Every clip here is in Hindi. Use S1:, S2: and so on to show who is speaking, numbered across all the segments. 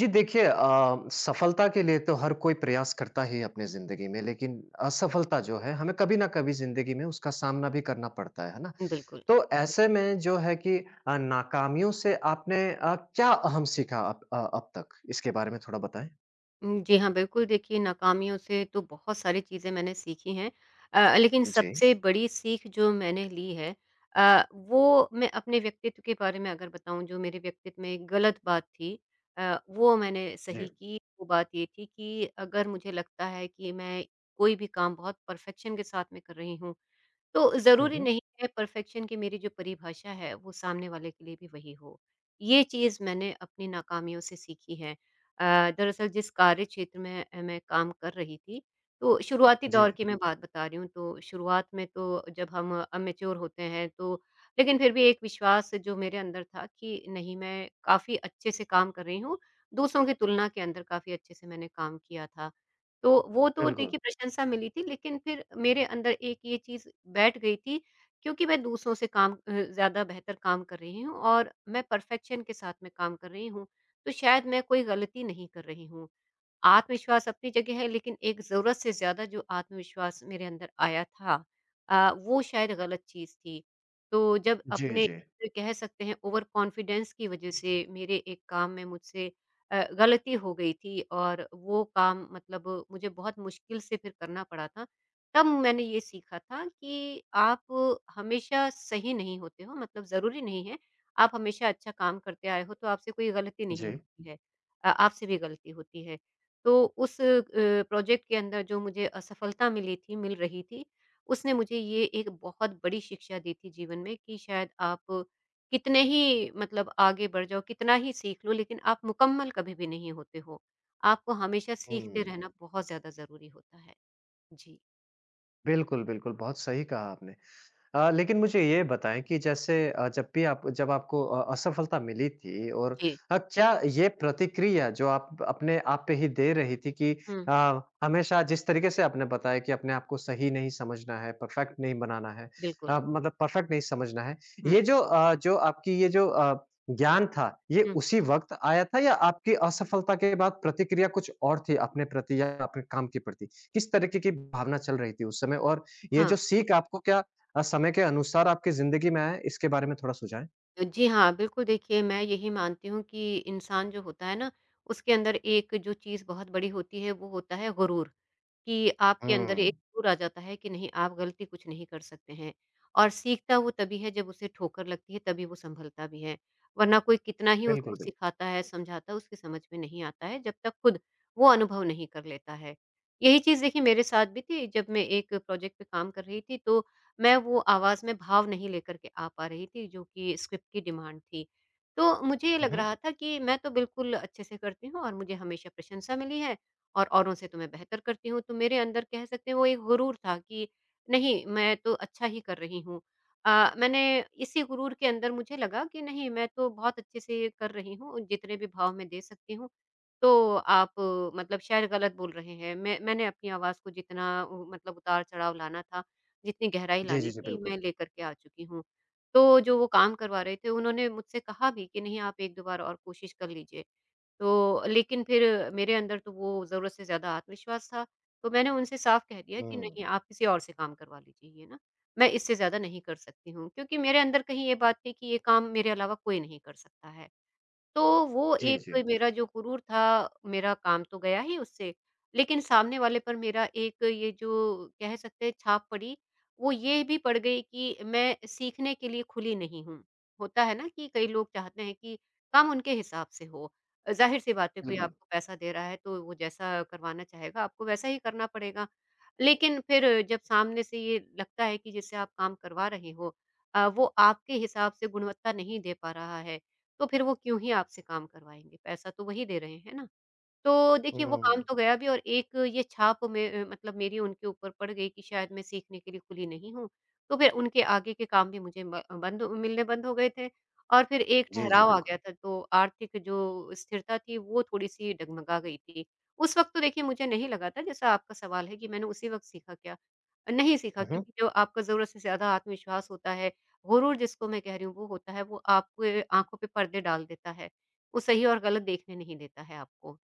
S1: जी देखिए सफलता के लिए तो हर कोई प्रयास करता ही है अपनी ज़िंदगी में, लेकिन असफलता जो है हमें कभी न कभी ज़िंदगी में उसका सामना भी करना पड़ता है ना?
S2: बिल्कुल।
S1: तो ऐसे में जो है कि नाकामियों से आपने क्या अहम सीखा अब अब तक? इसके बारे में थोड़ा बताएँ।
S2: जी हाँ, बिल्कुल देखिए नाकामियों से तो बहुत सारी चीज़ें मैंने सीखी हैं। लेकिन
S1: जी,
S2: सबसे बड़ी सीख जो मैंने ली है, वो मैं अपने व्यक्तित्व के बारे में अगर बताऊँ, जो मेरे व्यक्तित्व में एक गलत बात थी, वो मैंने सही
S1: जी।
S2: की। वो बात ये थी कि अगर मुझे लगता है कि मैं कोई भी काम बहुत परफेक्शन के साथ में कर रही हूँ, तो
S1: हुँ,
S2: ज़रूरी
S1: हुँ।
S2: नहीं है परफ़ेक्शन की मेरी जो परिभाषा है, वो सामने वाले के लिए भी वही हो। ये चीज़ मैंने अपनी नाकामियों से सीखी है। दरअसल जिस कार्य क्षेत्र में मैं काम कर रही थी, तो शुरुआती दौर
S1: जी,
S2: की मैं बात बता रही हूँ, तो शुरुआत में तो जब हम अमेच्योर होते हैं, तो लेकिन फिर भी एक विश्वास जो मेरे अंदर था कि नहीं, मैं काफ़ी अच्छे से काम कर रही हूँ। दूसरों की तुलना के अंदर काफ़ी अच्छे से मैंने काम किया था। तो वो तो
S1: बिल्कुल।
S2: देखिए प्रशंसा मिली थी, लेकिन फिर मेरे अंदर एक ये चीज़ बैठ गई थी, क्योंकि मैं दूसरों से काम ज़्यादा बेहतर काम कर रही हूँ और मैं परफ़ेक्शन के साथ में काम कर रही हूँ, तो शायद मैं कोई गलती नहीं कर रही हूँ। आत्मविश्वास अपनी जगह है, लेकिन एक ज़रूरत से ज़्यादा जो आत्मविश्वास मेरे अंदर आया था, वो शायद गलत चीज़ थी। तो जब
S1: जी,
S2: अपने,
S1: जी।
S2: कह सकते हैं ओवर कॉन्फिडेंस की वज़ह से, मेरे एक काम में मुझसे गलती हो गई थी और वो काम मतलब मुझे बहुत मुश्किल से फिर करना पड़ा था। तब मैंने ये सीखा था कि आप हमेशा सही नहीं होते हो, मतलब ज़रूरी नहीं है, आप हमेशा अच्छा काम करते आए हो तो आपसे कोई गलती नहीं
S1: जी।
S2: होती है। आपसे भी गलती होती है। तो उस प्रोजेक्ट के अंदर जो मुझे असफलता मिली थी, मिल रही थी, उसने मुझे ये एक बहुत बड़ी शिक्षा दी थी जीवन में कि शायद आप कितने ही मतलब आगे बढ़ जाओ, कितना ही सीख लो, लेकिन आप मुकम्मल कभी भी नहीं होते हो। आपको हमेशा सीखते
S1: हुँ,
S2: रहना बहुत ज़्यादा ज़रूरी होता है। जी,
S1: बिल्कुल, बिल्कुल, बहुत सही कहा आपने। लेकिन मुझे ये बताएँ कि जैसे जब भी आप जब आपको असफलता मिली थी और
S2: जी।
S1: क्या ये प्रतिक्रिया जो आप अपने आप पे ही दे रही थी कि
S2: हुँ,
S1: हमेशा जिस तरीके से आपने बताया कि अपने आप को सही नहीं समझना है, परफेक्ट नहीं बनाना है
S2: बिल्कुल।
S1: मतलब परफेक्ट नहीं समझना है।
S2: हुँ,
S1: ये जो जो आपकी ये जो ज्ञान था, ये
S2: हुँ।
S1: उसी वक़्त आया था या आपकी असफलता के बाद प्रतिक्रिया कुछ और थी अपने प्रति या अपने काम के प्रति? किस तरीके की भावना चल रही थी उस समय और ये
S2: हाँ।
S1: जो सीख आपको क्या समय के अनुसार आपकी ज़िंदगी में आए, इसके बारे में थोड़ा सुझाएँ?
S2: जी हाँ, बिल्कुल देखिए, मैं यही मानती हूँ कि इंसान जो होता है ना, उसके अंदर एक जो चीज़ बहुत बड़ी होती है, वो होता है गुरूर, कि आपके अंदर एक
S1: हुँ।
S2: गुरूर आ जाता है कि नहीं, आप गलती कुछ नहीं कर सकते हैं। और सीखता वो तभी है जब उसे ठोकर लगती है, तभी वो सँभलता भी है, वरना कोई कितना ही उसको
S1: बिल्कुल, बिल्कुल।
S2: सिखाता है, समझाता है, उसकी समझ में नहीं आता है जब तक खुद वो अनुभव नहीं कर लेता है। यही चीज़ देखिए मेरे साथ भी थी। जब मैं एक प्रोजेक्ट पे काम कर रही थी, तो मैं वो आवाज़ में भाव नहीं लेकर के आ पा रही थी जो कि स्क्रिप्ट की डिमांड थी। तो मुझे ये
S1: हुँ,
S2: लग रहा
S1: हुँ।
S2: था कि मैं तो बिल्कुल अच्छे से करती हूँ और मुझे हमेशा प्रशंसा मिली है और औरों से तो मैं बेहतर करती हूँ। तो मेरे अंदर कह सकते हैं वो एक गुरूर था कि नहीं, मैं तो अच्छा ही कर रही हूँ। मैंने इसी गुरूर के अंदर मुझे लगा कि नहीं, मैं तो बहुत अच्छे से कर रही हूँ, जितने भी भाव मैं दे सकती हूँ। तो आप मतलब शायद गलत बोल रहे हैं। मैंने अपनी आवाज़ को जितना उ मतलब उतार-चढ़ाव लाना था, जितनी गहराई
S1: जी,
S2: लानी
S1: जी, जी,
S2: थी, मैं
S1: बिल्कुल।
S2: लेकर के आ चुकी हूँ। तो जो वो काम करवा रहे थे, उन्होंने मुझसे कहा भी कि नहीं, आप 1-2 बार और कोशिश कर लीजिए। तो लेकिन फिर मेरे अंदर तो वो ज़रूरत से ज़्यादा आत्मविश्वास था, तो मैंने उनसे साफ कह दिया कि
S1: हुँ।
S2: नहीं, आप किसी और से काम करवा लीजिए ये ना, मैं इससे ज़्यादा नहीं कर सकती हूँ। क्योंकि मेरे अंदर कहीं ये बात थी कि ये काम मेरे अलावा कोई नहीं कर सकता है। तो वो
S1: जी, जी,
S2: एक मेरा जो गुरूर था, मेरा काम तो गया ही उससे, लेकिन सामने वाले पर मेरा एक ये जो कह सकते हैं छाप पड़ी, वो ये भी पड़ गई कि मैं सीखने के लिए खुली नहीं हूँ। होता है ना कि कई लोग चाहते हैं कि काम उनके हिसाब से हो। ज़ाहिर-सी बात है, कोई
S1: बिल्कुल।
S2: आपको पैसा दे रहा है तो वो जैसा करवाना चाहेगा, आपको वैसा ही करना पड़ेगा। लेकिन फिर जब सामने से ये लगता है कि जिससे आप काम करवा रहे हो, वो आपके हिसाब से गुणवत्ता नहीं दे पा रहा है, तो फिर वो क्यों ही आपसे काम करवाएँगे? पैसा तो वही दे रहे हैं ना। तो देखिए वो काम
S1: हुँ।
S2: तो गया भी और एक ये छाप में मतलब मेरी उनके ऊपर पड़ गई कि शायद मैं सीखने के लिए खुली नहीं हूँ। तो फिर उनके आगे के काम भी मुझे ब बंद मिलने बंद हो गए थे और फिर एक
S1: जी, जी,
S2: ठहराव आ गया
S1: बिल्कुल।
S2: था, तो आर्थिक जो स्थिरता थी, वो थोड़ी-सी डगमगा गई थी। उस वक़्त तो देखिए मुझे नहीं लगा था, जैसा आपका सवाल है कि मैंने उसी वक़्त सीखा क्या? नहीं सीखा,
S1: हुँ, हुँ।
S2: क्योंकि जो आपका ज़रूरत से ज़्यादा आत्मविश्वास होता है, गुरूर जिसको मैं कह रही हूँ वो होता है, वो आपके आँखों पे पर्दे डाल देता है। वो सही और गलत देखने नहीं देता है आपको।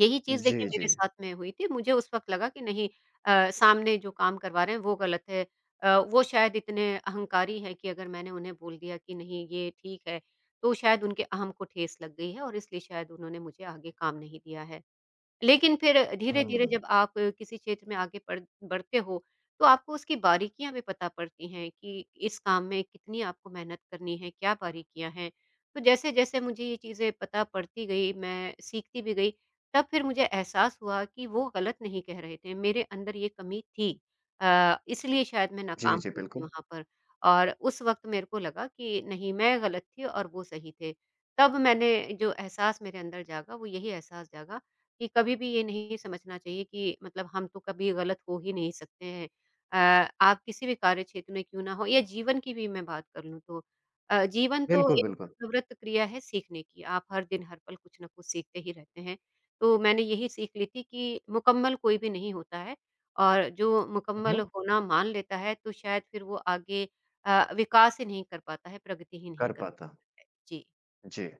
S2: यही चीज़ देखिए
S1: जी,
S2: मेरे
S1: जी।
S2: साथ में हुई थी। मुझे उस वक़्त लगा कि नहीं, सामने जो काम करवा रहे हैं वो गलत है। वो शायद इतने अहंकारी हैं कि अगर मैंने उन्हें बोल दिया कि नहीं ये ठीक है, तो शायद उनके अहम को ठेस लग गई है और इसलिए शायद उन्होंने मुझे आगे काम नहीं दिया है। लेकिन फिर धीरे-धीरे
S1: हुँ।
S2: जब आप किसी क्षेत्र में आगे बढ़ बढ़ते हो, तो आपको उसकी बारीकियाँ भी पता पड़ती हैं कि इस काम में कितनी आपको मेहनत करनी है, क्या बारीकियाँ हैं। तो जैसे-जैसे मुझे ये चीज़ें पता पड़ती गई, मैं सीखती भी गई, तब फिर मुझे एहसास हुआ कि वो गलत नहीं कह रहे थे, मेरे अंदर ये कमी थी। इसलिए शायद मैं
S1: जी,
S2: नाकाम
S1: जी,
S2: हुई थी
S1: बिल्कुल।
S2: वहाँ पर, और उस वक़्त मेरे को लगा कि नहीं, मैं गलत थी और वो सही थे। तब मैंने जो एहसास मेरे अंदर जागा, वो यही एहसास जागा कि कभी भी ये नहीं समझना चाहिए कि मतलब हम तो कभी गलत हो ही नहीं सकते हैं। आप किसी भी कार्य क्षेत्र में क्यों ना हो, या जीवन की भी मैं बात कर लूँ, तो जीवन तो
S1: बिल्कुल,
S2: एक
S1: बिल्कुल।
S2: प्रवृत्त क्रिया है सीखने की। आप हर दिन हर पल कुछ ना कुछ सीखते ही रहते हैं। तो मैंने यही सीख ली थी कि मुकम्मल कोई भी नहीं होता है, और जो
S1: हुँ,
S2: मुकम्मल
S1: हुँ।
S2: होना मान लेता है, तो शायद फिर वो आगे विकास ही नहीं कर पाता है, प्रगति ही नहीं
S1: कर
S2: कर
S1: पाता।
S2: पाता है। जी,
S1: जी।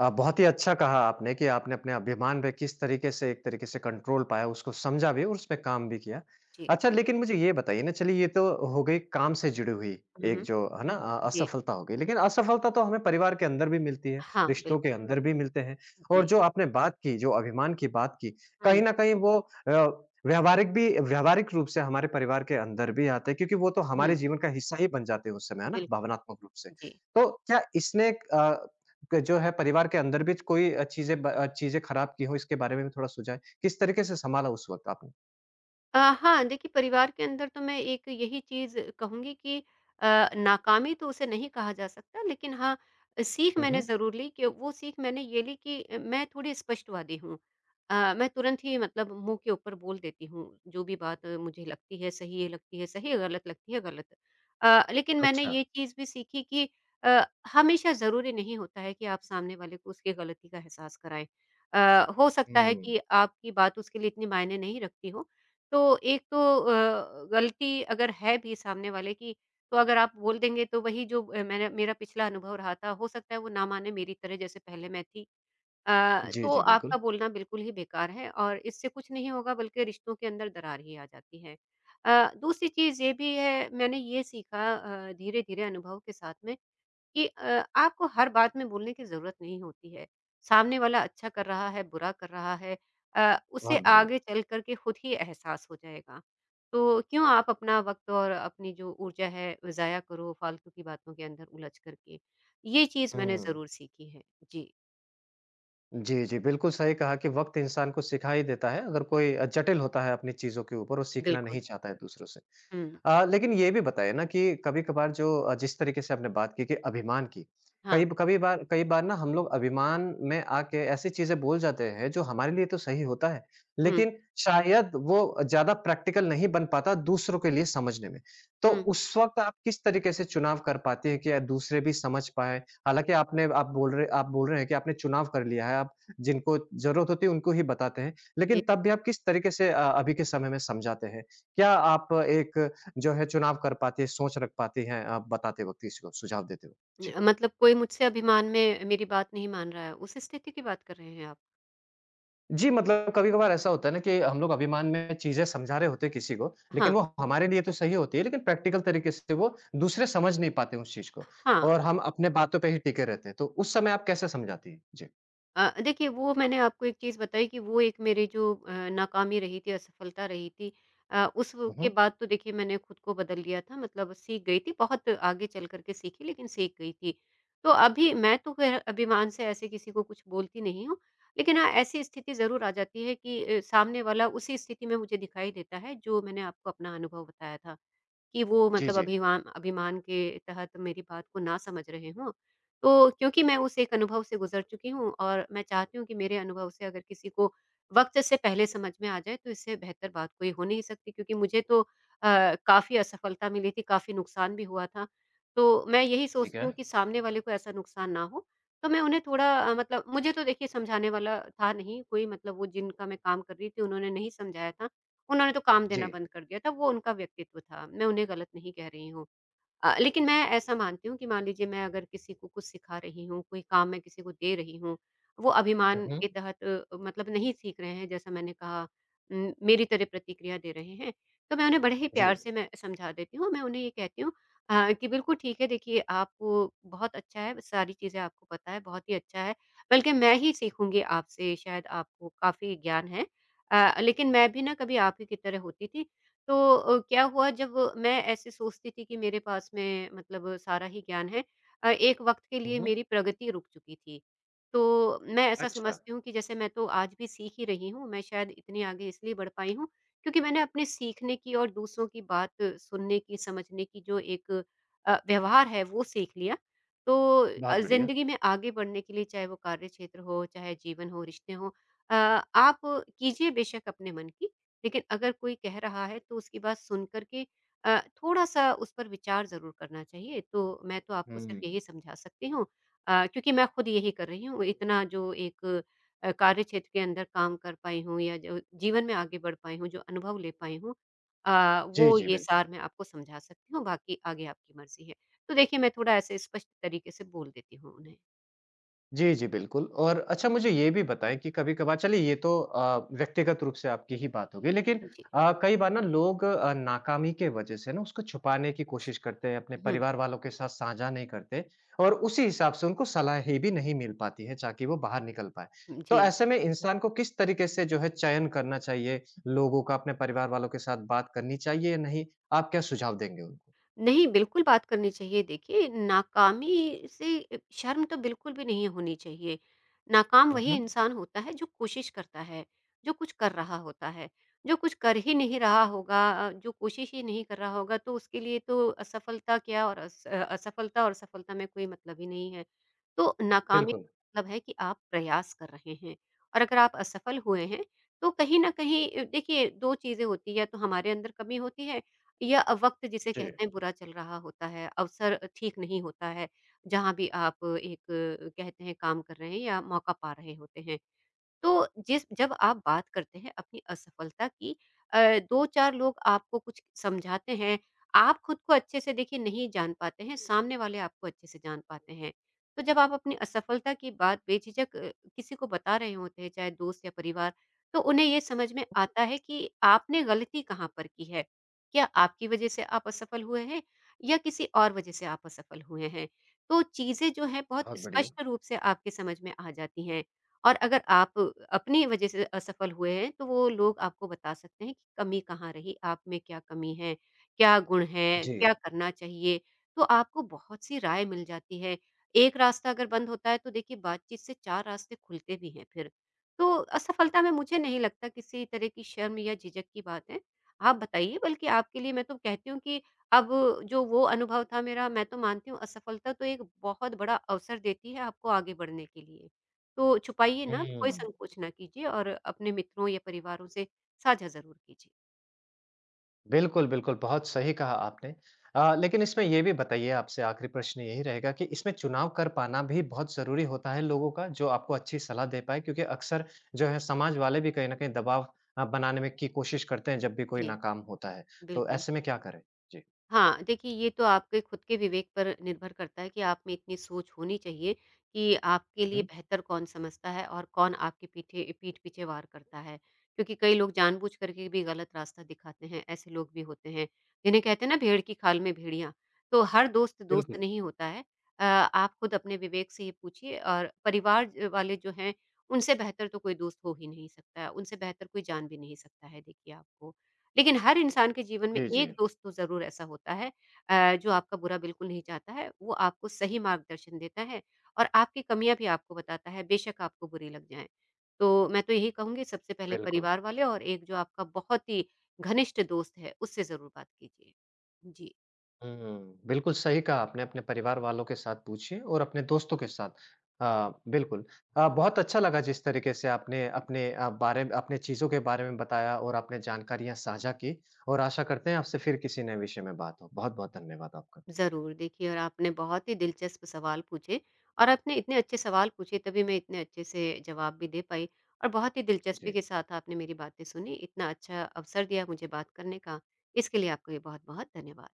S1: बहुत ही अच्छा कहा आपने कि आपने अपने अभिमान पे किस तरीके से एक तरीके से कंट्रोल पाया, उसको समझा भी और उसपे काम भी किया।
S2: जी।
S1: अच्छा लेकिन मुझे ये बताइए ना चलिए ये तो हो गई काम से जुड़ी हुई
S2: हुँ,
S1: एक
S2: हुँ।
S1: जो है ना
S2: जी।
S1: असफलता हो गई। लेकिन असफलता तो हमें परिवार के अंदर भी मिलती है,
S2: हाँ,
S1: रिश्तों के
S2: बिल्कुल।
S1: अंदर भी मिलते हैं
S2: जी।
S1: और जो आपने बात की, जो अभिमान की बात की, कहीं
S2: हुँ,
S1: न कहीं वो व्यावहारिक रूप से हमारे परिवार के अंदर भी आते हैं क्योंकि वो तो हमारे
S2: हुँ।
S1: जीवन का हिस्सा ही बन जाते हैं उस समय, है ना?
S2: बिल्कुल,
S1: भावनात्मक रूप से।
S2: जी।
S1: तो क्या इसने क जो है परिवार के अंदर भी कोई चीज़ें खराब की हो इसके बारे में भी थोड़ा सुझाएँ? किस तरीके से सँभाला उस वक़्त आपने?
S2: हाँ, देखिए परिवार के अंदर तो मैं एक यही चीज़ कहूँगी कि नाकामी तो उसे नहीं कहा जा सकता, लेकिन हाँ, सीख
S1: हुँ,
S2: मैंने
S1: हुँ।
S2: ज़रूर ली कि वो सीख मैंने ये ली कि मैं थोड़ी स्पष्टवादी हूँ। मैं तुरंत ही मतलब मुँह के ऊपर बोल देती हूँ, जो भी बात मुझे लगती है सही, गलत लगती है गलत। लेकिन मैंने
S1: अच्छा।
S2: ये चीज़ भी सीखी कि अ, हमेशा ज़रूरी नहीं होता है कि आप सामने वाले को उसकी गलती का एहसास कराएँ। हो सकता है
S1: हुँ।
S2: कि आपकी बात उसके लिए इतने मायने नहीं रखती हो, तो एक तो गलती अगर है भी सामने वाले की, तो अगर आप बोल देंगे, तो वही जो मैंने मेरा पिछला अनुभव रहा था, हो सकता है वो ना माने मेरी तरह जैसे पहले मैं थी।
S1: जी,
S2: तो
S1: जी,
S2: आपका
S1: बिल्कुल।
S2: बोलना बिल्कुल ही बेकार है और इससे कुछ नहीं होगा, बल्कि रिश्तों के अंदर दरार ही आ जाती है। दूसरी चीज़ ये भी है, मैंने ये सीखा धीरे-धीरे अनुभव के साथ में कि आपको हर बात में बोलने की ज़रूरत नहीं होती है। सामने वाला अच्छा कर रहा है, बुरा कर रहा है, उसे
S1: बहुत बढ़िया।
S2: आगे चल कर के खुद ही एहसास हो जाएगा। तो क्यों आप अपना वक़्त और अपनी जो ऊर्जा है, ज़ाया करो फालतू की बातों के अंदर उलझ कर के। ये चीज़ मैंने
S1: हुँ।
S2: ज़रूर सीखी है। जी,
S1: जी, जी। बिल्कुल सही कहा कि वक़्त इंसान को सिखा ही देता है, अगर कोई जटिल होता है अपनी चीज़ों के ऊपर, वो सीखना
S2: बिल्कुल।
S1: नहीं चाहता है दूसरों से।
S2: हुँ,
S1: लेकिन ये भी बताइए ना कि कभी-कभार जो जिस तरीके से आपने बात की कि अभिमान की, कई
S2: हाँ।
S1: कभी बार कई बार ना हम लोग अभिमान में आके ऐसी चीज़ें बोल जाते हैं जो हमारे लिए तो सही होता है,
S2: हुँ,
S1: लेकिन शायद वो ज़्यादा प्रैक्टिकल नहीं बन पाता दूसरों के लिए समझने में। तो
S2: हुँ।
S1: उस वक़्त आप किस तरीके से चुनाव कर पाती हैं कि दूसरे भी समझ पाएँ हालाँकि आपने आप बोल रहे हैं कि आपने चुनाव कर लिया है, आप जिनको ज़रूरत होती है उनको ही बताते हैं।
S2: जी।
S1: लेकिन तब भी आप किस तरीके से अभी के समय में समझाते हैं? क्या आप एक जो है चुनाव कर पाती हैं, सोच रख पाती हैं आप बताते वक़्त किसी को सुझाव देते हो? जी।
S2: मतलब कोई मुझसे अभिमान में मेरी बात नहीं मान रहा है, उस स्थिति की बात कर रहे हैं आप?
S1: जी, मतलब कभी-कभार ऐसा होता है ना कि हम लोग अभिमान में चीज़ें समझा रहे होते हैं किसी को,
S2: हाँ।
S1: लेकिन वो हमारे लिए तो सही होती है, लेकिन प्रैक्टिकल तरीके से वो दूसरे समझ नहीं पाते उस चीज़ को
S2: हाँ।
S1: और हम अपने बातों पे ही टिके रहते हैं। तो उस समय आप कैसे समझाती हैं? जी।
S2: देखिए वो मैंने आपको एक चीज़ बताई कि वो एक मेरी जो नाकामी रही थी, असफलता रही थी। अ, उस व
S1: हुँ,
S2: के
S1: हुँ।
S2: बाद तो देखिए मैंने खुद को बदल लिया था, मतलब सीख गई थी, बहुत आगे चल कर के सीखी लेकिन सीख गई थी। तो अभी मैं तो खैर अभिमान से ऐसे किसी को कुछ बोलती नहीं हूँ, लेकिन हाँ, ऐसी स्थिति ज़रूर आ जाती है कि सामने वाला उसी स्थिति में मुझे दिखाई देता है जो मैंने आपको अपना अनुभव बताया था। कि वो
S1: जी,
S2: मतलब
S1: जी।
S2: अभिमान अभिमान के तहत मेरी बात को ना समझ रहे हों। तो क्योंकि मैं उस एक अनुभव से गुज़र चुकी हूँ और मैं चाहती हूँ कि मेरे अनुभव से अगर किसी को वक़्त से पहले समझ में आ जाए तो इससे बेहतर बात कोई हो नहीं सकती, क्योंकि मुझे तो काफ़ी असफलता मिली थी, काफ़ी नुकसान भी हुआ था। तो मैं यही
S1: ठीक
S2: सोचती
S1: है।
S2: हूँ कि सामने वाले को ऐसा नुकसान ना हो, तो मैं उन्हें थोड़ा मतलब मुझे तो देखिए समझाने वाला था नहीं कोई, मतलब वो जिनका मैं काम कर रही थी उन्होंने नहीं समझाया था। उन्होंने तो काम देना
S1: जी।
S2: बंद कर दिया था, वो उनका व्यक्तित्व था, मैं उन्हें गलत नहीं कह रही हूँ। लेकिन मैं ऐसा मानती हूँ कि मान लीजिए मैं अगर किसी को कुछ सिखा रही हूँ, कोई काम मैं किसी को दे रही हूँ, वो
S1: हुँ,
S2: अभिमान के
S1: हुँ।
S2: तहत मतलब नहीं सीख रहे हैं, जैसा मैंने कहा मेरी तरह प्रतिक्रिया दे रहे हैं, तो मैं उन्हें बड़े ही
S1: जी।
S2: प्यार से मैं समझा देती हूँ। मैं उन्हें ये कहती हूँ कि बिल्कुल ठीक है, देखिए आपको बहुत अच्छा है, सारी चीज़ें आपको पता है, बहुत ही अच्छा है, बल्कि मैं ही सीखूँगी आपसे, शायद आपको काफ़ी ज्ञान है। लेकिन मैं भी ना कभी आप ही की तरह होती थी, तो क्या हुआ जब मैं ऐसे सोचती थी कि मेरे पास में मतलब सारा ही ज्ञान है, एक वक्त के
S1: हुँ,
S2: लिए
S1: हुँ।
S2: मेरी प्रगति रुक चुकी थी। तो मैं ऐसा
S1: अच्छा,
S2: समझती हूँ कि जैसे मैं तो आज भी सीख ही रही हूँ, मैं शायद इतनी आगे इसलिए बढ़ पाई हूँ क्योंकि मैंने अपने सीखने की और दूसरों की बात सुनने की, समझने की जो एक व्यवहार है वो सीख लिया। तो
S1: बहुत बढ़िया।
S2: ज़िंदगी में आगे बढ़ने के लिए, चाहे वो कार्य क्षेत्र हो, चाहे जीवन हो, रिश्ते हों, अ, आप कीजिए बेशक अपने मन की, लेकिन अगर कोई कह रहा है तो उसकी बात सुन कर के थोड़ा-सा उस पर विचार ज़रूर करना चाहिए। तो मैं तो आपको
S1: हुँ।
S2: सिर्फ़ यही समझा सकती हूँ, क्योंकि मैं खुद यही कर रही हूँ। इतना जो एक कार्य क्षेत्र के अंदर काम कर पाई हूँ या जो जीवन में आगे बढ़ पाई हूँ, जो अनुभव ले पाई हूँ,
S1: जी,
S2: वो
S1: जी,
S2: ये
S1: बिल्कुल।
S2: सार मैं आपको समझा सकती हूँ, बाकी आगे आपकी मर्ज़ी है। तो देखिए मैं थोड़ा ऐसे स्पष्ट तरीके से बोल देती हूँ उन्हें।
S1: जी, जी, बिल्कुल और अच्छा मुझे ये भी बताएँ कि कभी-कभार चलिए ये तो व्यक्तिगत रूप से आपकी ही बात हो गई लेकिन
S2: जी।
S1: कई बार ना लोग नाकामी के वजह से ना उसको छुपाने की कोशिश करते हैं, अपने
S2: हुँ,
S1: परिवार वालों के साथ साझा नहीं करते और उसी हिसाब से उनको सलाहें भी नहीं मिल पाती हैं ताकि वो बाहर निकल पाएँ। तो
S2: जी।
S1: ऐसे में इंसान को किस तरीके से जो है चयन करना चाहिए, लोगों का अपने परिवार वालों के साथ बात करनी चाहिए या नहीं? आप क्या सुझाव देंगे उन्हें?
S2: नहीं, बिल्कुल बात करनी चाहिए। देखिए, नाकामी से शर्म तो बिल्कुल भी नहीं होनी चाहिए। नाकाम
S1: हुँ,
S2: वही
S1: हुँ।
S2: इंसान होता है जो कोशिश करता है, जो कुछ कर रहा होता है। जो कुछ कर ही नहीं रहा होगा, जो कोशिश ही नहीं कर रहा होगा, तो उसके लिए तो असफलता क्या, और असफलता और सफलता में कोई मतलब ही नहीं है। तो नाकामी
S1: बिल्कुल।
S2: का मतलब है कि आप प्रयास कर रहे हैं, और अगर आप असफल हुए हैं, तो कहीं न कहीं देखिए 2 चीज़ें होती हैं, या तो हमारे अंदर कमी होती है, या वक़्त जिसे
S1: जी,
S2: कहते हैं बुरा चल रहा होता है, अवसर ठीक नहीं होता है, जहाँ भी आप एक कहते हैं काम कर रहे हैं या मौका पा रहे होते हैं। तो जिस जब आप बात करते हैं अपनी असफलता की, अ, 2-4 लोग आपको कुछ समझाते हैं, आप खुद को अच्छे से देखिए नहीं जान पाते हैं, सामने वाले आपको अच्छे से जान पाते हैं। तो जब आप अपनी असफलता की बात बेझिझक किसी को बता रहे होते हैं, चाहे दोस्त या परिवार, तो उन्हें ये समझ में आता है कि आपने गलती कहाँ पर की है। क्या आपकी वजह से आप असफल हुए हैं, या किसी और वजह से आप असफल हुए हैं? तो चीज़ें जो हैं बहुत
S1: बहुत बढ़िया।
S2: स्पष्ट रूप से आपके समझ में आ जाती हैं। और अगर आप अपनी वजह से असफल हुए हैं, तो वो लोग आपको बता सकते हैं कि कमी कहाँ रही, आप में क्या कमी है, क्या गुण है,
S1: जी।
S2: क्या करना चाहिए। तो आपको बहुत सी राय मिल जाती है। एक रास्ता अगर बंद होता है तो देखिए बातचीत से 4 रास्ते खुलते भी हैं फिर। तो असफलता में मुझे नहीं लगता किसी तरह की शर्म या झिझक की बात है। आप बताइए, बल्कि आपके लिए मैं तो कहती हूँ कि अब जो वो अनुभव था मेरा, मैं तो मानती हूँ असफलता तो एक बहुत बड़ा अवसर देती है आपको आगे बढ़ने के लिए। तो छुपाइए ना, कोई
S1: हुँ।
S2: संकोच ना कीजिए और अपने मित्रों या परिवारों से साझा ज़रूर कीजिए।
S1: बिल्कुल, बिल्कुल, बहुत सही कहा आपने। लेकिन इसमें ये भी बताइए आपसे आखिरी प्रश्न यही रहेगा कि इसमें चुनाव कर पाना भी बहुत ज़रूरी होता है लोगों का, जो आपको अच्छी सलाह दे पाएँ क्योंकि अक्सर जो है समाज वाले भी कहीं न कहीं दबाव बनाने में की कोशिश करते हैं जब भी कोई
S2: जी,
S1: नाकाम होता है। तो
S2: बिल्कुल।
S1: ऐसे में क्या करें? जी।
S2: हाँ, देखिए, ये तो आपके खुद के विवेक पर निर्भर करता है कि आप में इतनी सोच होनी चाहिए कि आपके
S1: हुँ,
S2: लिए
S1: हुँ।
S2: बेहतर कौन समझता है और कौन आपके पीठ पीछे वार करता है। क्योंकि कई लोग जानबूझ करके भी गलत रास्ता दिखाते हैं, ऐसे लोग भी होते हैं। जिन्हें कहते हैं ना भेड़ की खाल में भेड़िया, तो हर दोस्त दोस्त
S1: बिल्कुल।
S2: नहीं होता है। आप खुद अपने विवेक से ये पूछिए, और परिवार ज वाले जो हैं, उनसे बेहतर तो कोई दोस्त हो ही नहीं सकता है, उनसे बेहतर कोई जान भी नहीं सकता है देखिए आपको। लेकिन हर इंसान के जीवन में
S1: जी, जी।
S2: 1 दोस्त तो ज़रूर ऐसा होता है, जो आपका बुरा बिल्कुल नहीं चाहता है, वो आपको सही मार्गदर्शन देता है और आपकी कमियाँ भी आपको बताता है, बेशक आपको बुरी लग जाएँ। तो मैं तो यही कहूँगी सबसे पहले
S1: बिल्कुल।
S2: परिवार वाले और एक जो आपका बहुत ही घनिष्ठ दोस्त है, उससे ज़रूर बात कीजिए। जी।
S1: हुँ, बिल्कुल सही कहा आपने, अपने परिवार वालों के साथ पूछिए और अपने दोस्तों के साथ। हाँ, बिल्कुल। बहुत अच्छा लगा जिस तरीके से आपने अपने बारे में अपने चीज़ों के बारे में बताया और आपने जानकारियाँ साझा की और आशा करते हैं आपसे फिर किसी नए विषय में बात हो। बहुत-बहुत धन्यवाद आपका।
S2: ज़रूर, देखिए और आपने बहुत ही दिलचस्प सवाल पूछे, और आपने इतने अच्छे सवाल पूछे तभी मैं इतने अच्छे से जवाब भी दे पाई, और बहुत ही दिलचस्पी
S1: जी।
S2: के साथ आपने मेरी बातें सुनी। इतना अच्छा अवसर दिया मुझे बात करने का, इसके लिए आपका भी बहुत-बहुत धन्यवाद।